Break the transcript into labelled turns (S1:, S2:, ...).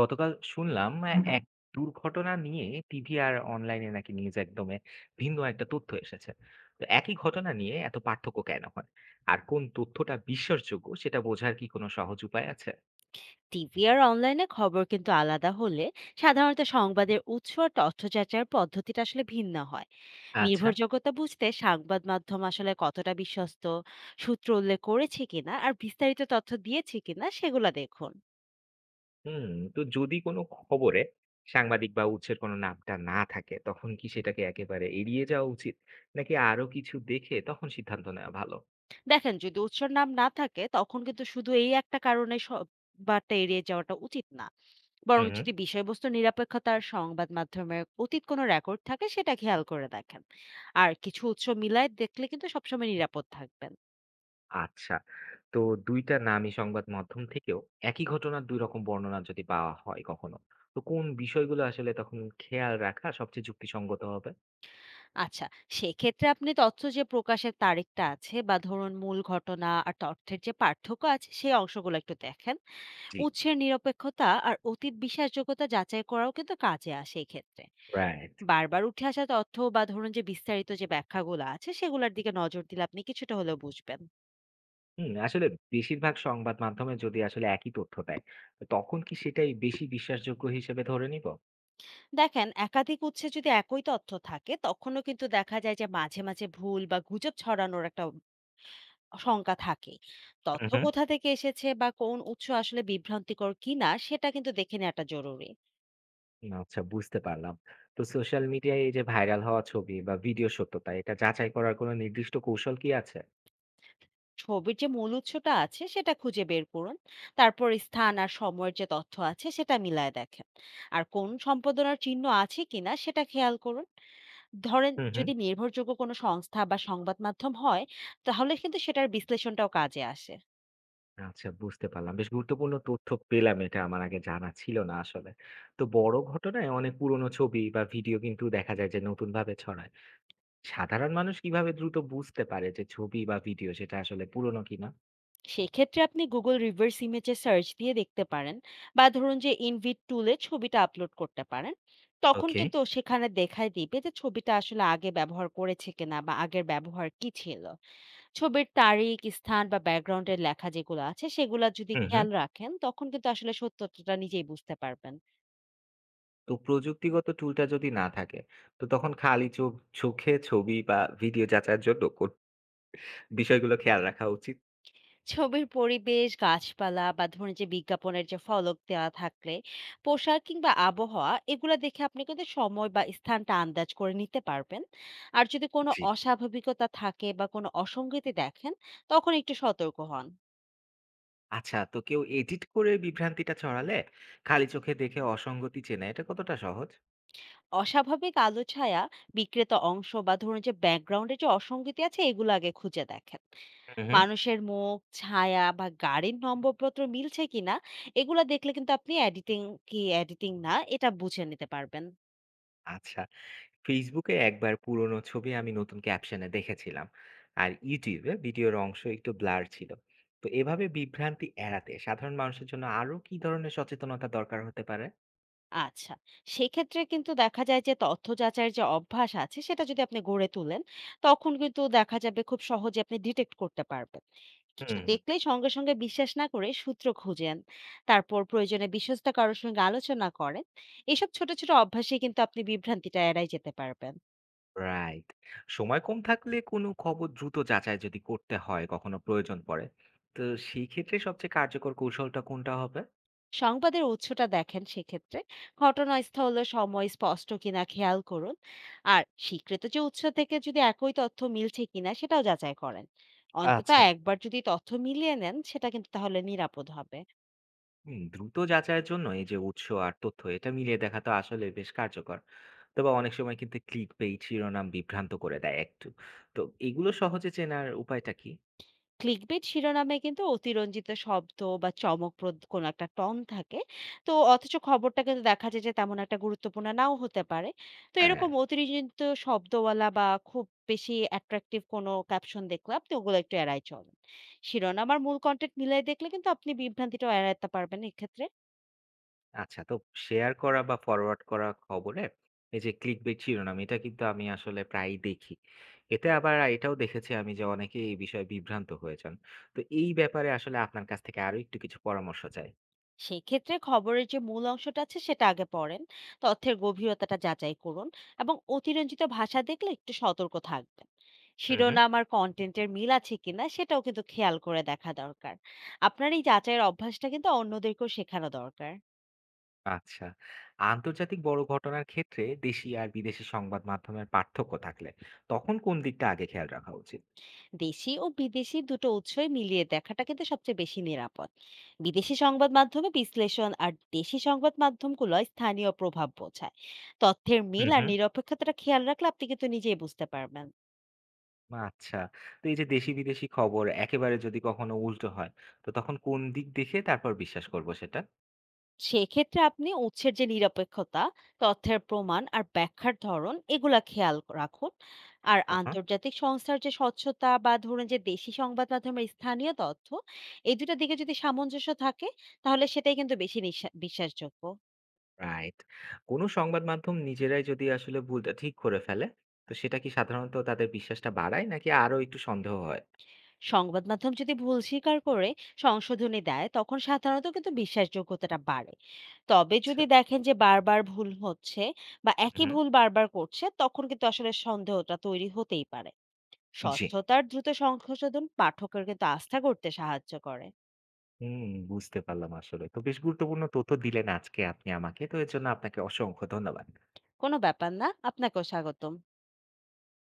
S1: গতকাল শুনলাম এক দুর্ঘটনা নিয়ে টিভি আর অনলাইনে নাকি নিউজ একদমে ভিন্ন একটা তথ্য এসেছে। তো একই ঘটনা নিয়ে এত পার্থক্য কেন হয়? আর কোন তথ্যটা বিশ্বাসযোগ্য সেটা বোঝার কি কোনো সহজ উপায় আছে?
S2: টিভি আর অনলাইনে খবর কিন্তু আলাদা হলে সাধারণত সংবাদের উৎস আর তথ্য যাচাইয়ের পদ্ধতিটা আসলে ভিন্ন হয়।
S1: আচ্ছা।
S2: নির্ভরযোগ্যতা বুঝতে সংবাদ মাধ্যম আসলে কতটা বিশ্বস্ত, সূত্র উল্লেখ করেছে কিনা আর বিস্তারিত তথ্য দিয়েছে কিনা সেগুলো দেখুন।
S1: হুম। তো যদি কোনো খবরে সাংবাদিক বা উৎসের কোনো নামটা না থাকে তখন কি সেটাকে একেবারে এড়িয়ে যাওয়া উচিত? নাকি আরো কিছু দেখে তখন সিদ্ধান্ত নেওয়া ভালো?
S2: দেখেন, যদি উৎসর নাম না থাকে তখন কিন্তু শুধু এই একটা কারণে সব বার্তা এড়িয়ে যাওয়াটা উচিত না। বরং
S1: হুম।
S2: যদি বিষয়বস্তু নিরপেক্ষতার সংবাদ মাধ্যমের অতীত কোনো রেকর্ড থাকে, সেটা খেয়াল করে দেখেন। আর কিছু উৎস মিলায় দেখলে কিন্তু সবসময় নিরাপদ থাকবেন।
S1: আচ্ছা। তো ২ টা নামী সংবাদ মাধ্যম থেকেও একই ঘটনার ২ রকম বর্ণনা যদি পাওয়া হয় কখনো, তো কোন বিষয়গুলো আসলে তখন খেয়াল রাখা সবচেয়ে যুক্তিসঙ্গত হবে?
S2: আচ্ছা, সেক্ষেত্রে আপনি তথ্য যে প্রকাশের তারিখটা আছে বা ধরুন মূল ঘটনা আর তথ্যের যে পার্থক্য আছে সেই অংশগুলো একটু দেখেন।
S1: জি।
S2: উৎসের নিরপেক্ষতা আর অতীত বিশ্বাসযোগ্যতা যাচাই করাও কিন্তু কাজে আসে এই ক্ষেত্রে।
S1: রাইট।
S2: বারবার উঠে আসা তথ্য বা ধরুন যে বিস্তারিত যে ব্যাখ্যাগুলো আছে সেগুলোর দিকে নজর দিলে আপনি কিছুটা হলেও বুঝবেন।
S1: হুম, আসলে বেশিরভাগ সংবাদ মাধ্যমে যদি আসলে একই তথ্য দেয়, তো তখন কি সেটাই বেশি বিশ্বাসযোগ্য হিসেবে ধরে নিব?
S2: দেখেন, একাধিক উৎসে যদি একই তথ্য থাকে তখনও কিন্তু দেখা যায় যে মাঝে, মাঝে ভুল বা গুজব ছড়ানোর একটা শঙ্কা থাকেই।
S1: হুম,
S2: তথ্য
S1: হুম।
S2: কোথা থেকে এসেছে বা কোন উৎস আসলে বিভ্রান্তিকর কিনা সেটা কিন্তু দেখে নেওয়াটা জরুরি।
S1: আচ্ছা, বুঝতে পারলাম। তো সোশ্যাল মিডিয়ায় এই যে ভাইরাল হওয়া ছবি বা ভিডিও সত্যতা এটা যাচাই করার কোনো নির্দিষ্ট কৌশল কি আছে?
S2: ছবির যে মূল উৎসটা আছে সেটা খুঁজে বের করুন। তারপর স্থান আর সময়ের যে তথ্য আছে সেটা মিলায়ে দেখেন। আর কোন সম্পাদনার চিহ্ন আছে কিনা সেটা খেয়াল করুন। ধরেন,
S1: হুম, হুম।
S2: যদি নির্ভরযোগ্য কোনো সংস্থা বা সংবাদ মাধ্যম হয়, তাহলে কিন্তু সেটার বিশ্লেষণটাও কাজে আসে।
S1: আচ্ছা, বুঝতে পারলাম। বেশ গুরুত্বপূর্ণ তথ্য পেলাম, এটা আমার আগে জানা ছিল না আসলে। তো বড় ঘটনায় অনেক পুরনো ছবি বা ভিডিও কিন্তু দেখা যায় যে নতুনভাবে ছড়ায়। সাধারণ মানুষ কিভাবে দ্রুত বুঝতে পারে যে ছবি বা ভিডিও সেটা আসলে পুরনো কিনা?
S2: সেক্ষেত্রে আপনি Google রিভার্স ইমেজে সার্চ দিয়ে দেখতে পারেন বা ধরুন যে ইনভিট টুলে ছবিটা আপলোড করতে পারেন। তখন
S1: ওকে।
S2: কিন্তু সেখানে দেখায় দিবে যে ছবিটা আসলে আগে ব্যবহার করেছে কিনা বা আগের ব্যবহার কি ছিল। ছবির তারিখ, স্থান বা ব্যাকগ্রাউন্ডের লেখা যেগুলো আছে সেগুলো যদি
S1: হুম, হুম।
S2: খেয়াল রাখেন, তখন কিন্তু আসলে সত্যতাটা নিজেই বুঝতে পারবেন।
S1: তো প্রযুক্তিগত টুলটা যদি না থাকে তো তখন খালি চোখে ছবি বা ভিডিও যাচাইয়ের জন্য কোন বিষয়গুলো খেয়াল রাখা উচিত?
S2: ছবির পরিবেশ, গাছপালা বা ধরুন যে বিজ্ঞাপনের যে ফলক দেওয়া থাকলে, পোশাক কিংবা আবহাওয়া, এগুলা দেখে আপনি কিন্তু সময় বা স্থানটা আন্দাজ করে নিতে পারবেন। আর যদি কোনো
S1: জি।
S2: অস্বাভাবিকতা থাকে বা কোনো অসঙ্গতি দেখেন, তখন একটু সতর্ক হন।
S1: আচ্ছা, তো কেউ এডিট করে বিভ্রান্তিটা ছড়ালে খালি চোখে দেখে অসঙ্গতি চেনা এটা কতটা সহজ?
S2: অস্বাভাবিক আলো ছায়া, বিক্রেতা অংশ বা ধরুন যে ব্যাকগ্রাউন্ডে যে অসঙ্গতি আছে, এগুলো আগে খুঁজে দেখেন।
S1: হুম, হুম।
S2: মানুষের মুখ, ছায়া বা গাড়ির নম্বরপত্র মিলছে কিনা এগুলা দেখলে কিন্তু আপনি এডিটিং কি এডিটিং না এটা বুঝে নিতে পারবেন।
S1: আচ্ছা। ফেসবুকে একবার পুরোনো ছবি আমি নতুন ক্যাপশনে দেখেছিলাম, আর ইউটিউবে ভিডিওর অংশ একটু ব্লার ছিল। তো এভাবে বিভ্রান্তি এড়াতে সাধারণ মানুষের জন্য আরো কি ধরনের সচেতনতা দরকার হতে পারে?
S2: আচ্ছা। সেক্ষেত্রে কিন্তু দেখা যায় যে তথ্য যাচাইয়ের যে অভ্যাস আছে সেটা যদি আপনি গড়ে তোলেন, তখন কিন্তু দেখা যাবে খুব সহজে আপনি ডিটেক্ট করতে পারবেন। কিছু
S1: হুম।
S2: দেখলেই সঙ্গে, সঙ্গে বিশ্বাস না করে সূত্র খুঁজেন। তারপর প্রয়োজনে বিশ্বস্ত কারো সঙ্গে আলোচনা করেন। এসব ছোট, ছোট অভ্যাসেই কিন্তু আপনি বিভ্রান্তিটা এড়ায় যেতে পারবেন।
S1: রাইট। সময় কম থাকলে কোনো খবর দ্রুত যাচাই যদি করতে হয় কখনো প্রয়োজন পড়ে, তো সেই ক্ষেত্রে সবচেয়ে কার্যকর কৌশলটা কোনটা হবে?
S2: সংবাদের উৎসটা দেখেন সেক্ষেত্রে। ঘটনাস্থল ও সময় স্পষ্ট কিনা খেয়াল করুন। আর স্বীকৃত যে উৎস থেকে যদি একই তথ্য মিলছে কিনা সেটাও যাচাই করেন। অন্তত
S1: আচ্ছা।
S2: একবার যদি তথ্য মিলিয়ে নেন সেটা কিন্তু তাহলে নিরাপদ হবে।
S1: হুম, দ্রুত যাচাইয়ের জন্য এই যে উৎস আর তথ্য এটা মিলিয়ে দেখা তো আসলে বেশ কার্যকর। তবে অনেক সময় কিন্তু ক্লিক পেজ শিরোনাম বিভ্রান্ত করে দেয় একটু। তো এগুলো সহজে চেনার উপায়টা কি?
S2: ক্লিকবেট শিরোনামে কিন্তু অতিরঞ্জিত শব্দ বা চমকপ্রদ কোনো একটা টন থাকে। তো অথচ খবরটা কিন্তু দেখা যায় যে তেমন একটা গুরুত্বপূর্ণ নাও হতে পারে। তো
S1: হ্যাঁ।
S2: এরকম অতিরঞ্জিত শব্দওয়ালা বা খুব বেশি অ্যাট্রাকটিভ কোনো ক্যাপশন দেখলে আপনি ওগুলো একটু এড়াই চলেন। শিরোনাম আর মূল কন্টেন্ট মিলাই দেখলে কিন্তু আপনি বিভ্রান্তিটাও এড়াতে পারবেন এক্ষেত্রে।
S1: আচ্ছা, তো শেয়ার করা বা ফরওয়ার্ড করা খবরে এই যে ক্লিক বেট শিরোনাম এটা কিন্তু আমি আসলে প্রায়ই দেখি। এতে আবার এটাও দেখেছি আমি যে অনেকে এই বিষয়ে বিভ্রান্ত হয়েছেন। তো এই ব্যাপারে আসলে আপনার কাছ থেকে আরো একটু কিছু পরামর্শ চাই।
S2: সেক্ষেত্রে খবরের যে মূল অংশটা আছে সেটা আগে পড়েন। তথ্যের গভীরতাটা যাচাই করুন এবং অতিরঞ্জিত ভাষা দেখলে একটু সতর্ক থাকবেন।
S1: হুম, হুম।
S2: শিরোনাম আর কন্টেন্টের মিল আছে কিনা সেটাও কিন্তু খেয়াল করে দেখা দরকার। আপনার এই যাচাইয়ের অভ্যাসটা কিন্তু অন্যদেরকেও শেখানো দরকার।
S1: আচ্ছা। আন্তর্জাতিক বড় ঘটনার ক্ষেত্রে দেশি আর বিদেশি সংবাদ মাধ্যমের পার্থক্য থাকলে তখন কোন দিকটা আগে খেয়াল রাখা উচিত?
S2: দেশি ও বিদেশি দুটো উৎসই মিলিয়ে দেখাটা কিন্তু সবচেয়ে বেশি নিরাপদ। বিদেশি সংবাদ মাধ্যমে বিশ্লেষণ আর দেশি সংবাদ মাধ্যমগুলো স্থানীয় প্রভাব বোঝায়। তথ্যের
S1: হুম,
S2: মিল আর
S1: হুম।
S2: নিরপেক্ষতাটা খেয়াল রাখলে আপনি কিন্তু নিজেই বুঝতে পারবেন।
S1: আচ্ছা। তো এই যে দেশি বিদেশি খবর একেবারে যদি কখনো উল্টো হয়, তো তখন কোন দিক দেখে তারপর বিশ্বাস করব সেটা?
S2: সেক্ষেত্রে আপনি উৎসের যে নিরপেক্ষতা, তথ্যের প্রমাণ আর ব্যাখ্যার ধরন এগুলা খেয়াল রাখুন। আর
S1: হুম, হুম।
S2: আন্তর্জাতিক সংস্থার যে স্বচ্ছতা বা ধরুন যে দেশি সংবাদ মাধ্যমের স্থানীয় তথ্য, এই দুটার দিকে যদি সামঞ্জস্য থাকে তাহলে সেটাই কিন্তু বেশি নিশা বিশ্বাসযোগ্য।
S1: রাইট। কোনো সংবাদ মাধ্যম নিজেরাই যদি আসলে ভুলটা ঠিক করে ফেলে, তো সেটা কি সাধারণত তাদের বিশ্বাসটা বাড়ায় নাকি আরো একটু সন্দেহ হয়?
S2: সংবাদ মাধ্যম যদি ভুল স্বীকার করে সংশোধনী দেয়, তখন সাধারণত কিন্তু বিশ্বাসযোগ্যতাটা বাড়ে। তবে
S1: আচ্ছা।
S2: যদি দেখেন যে বারবার ভুল হচ্ছে বা
S1: হুম,
S2: একই
S1: হুম।
S2: ভুল বারবার করছে, তখন কিন্তু আসলে সন্দেহটা তৈরি হতেই পারে।
S1: জি।
S2: স্বচ্ছতার দ্রুত সংশোধন পাঠকের কিন্তু আস্থা করতে সাহায্য করে।
S1: হুম, বুঝতে পারলাম আসলে। তো বেশ গুরুত্বপূর্ণ তথ্য দিলেন আজকে আপনি আমাকে। তো এর জন্য আপনাকে অসংখ্য ধন্যবাদ।
S2: কোনো ব্যাপার না, আপনাকেও স্বাগতম।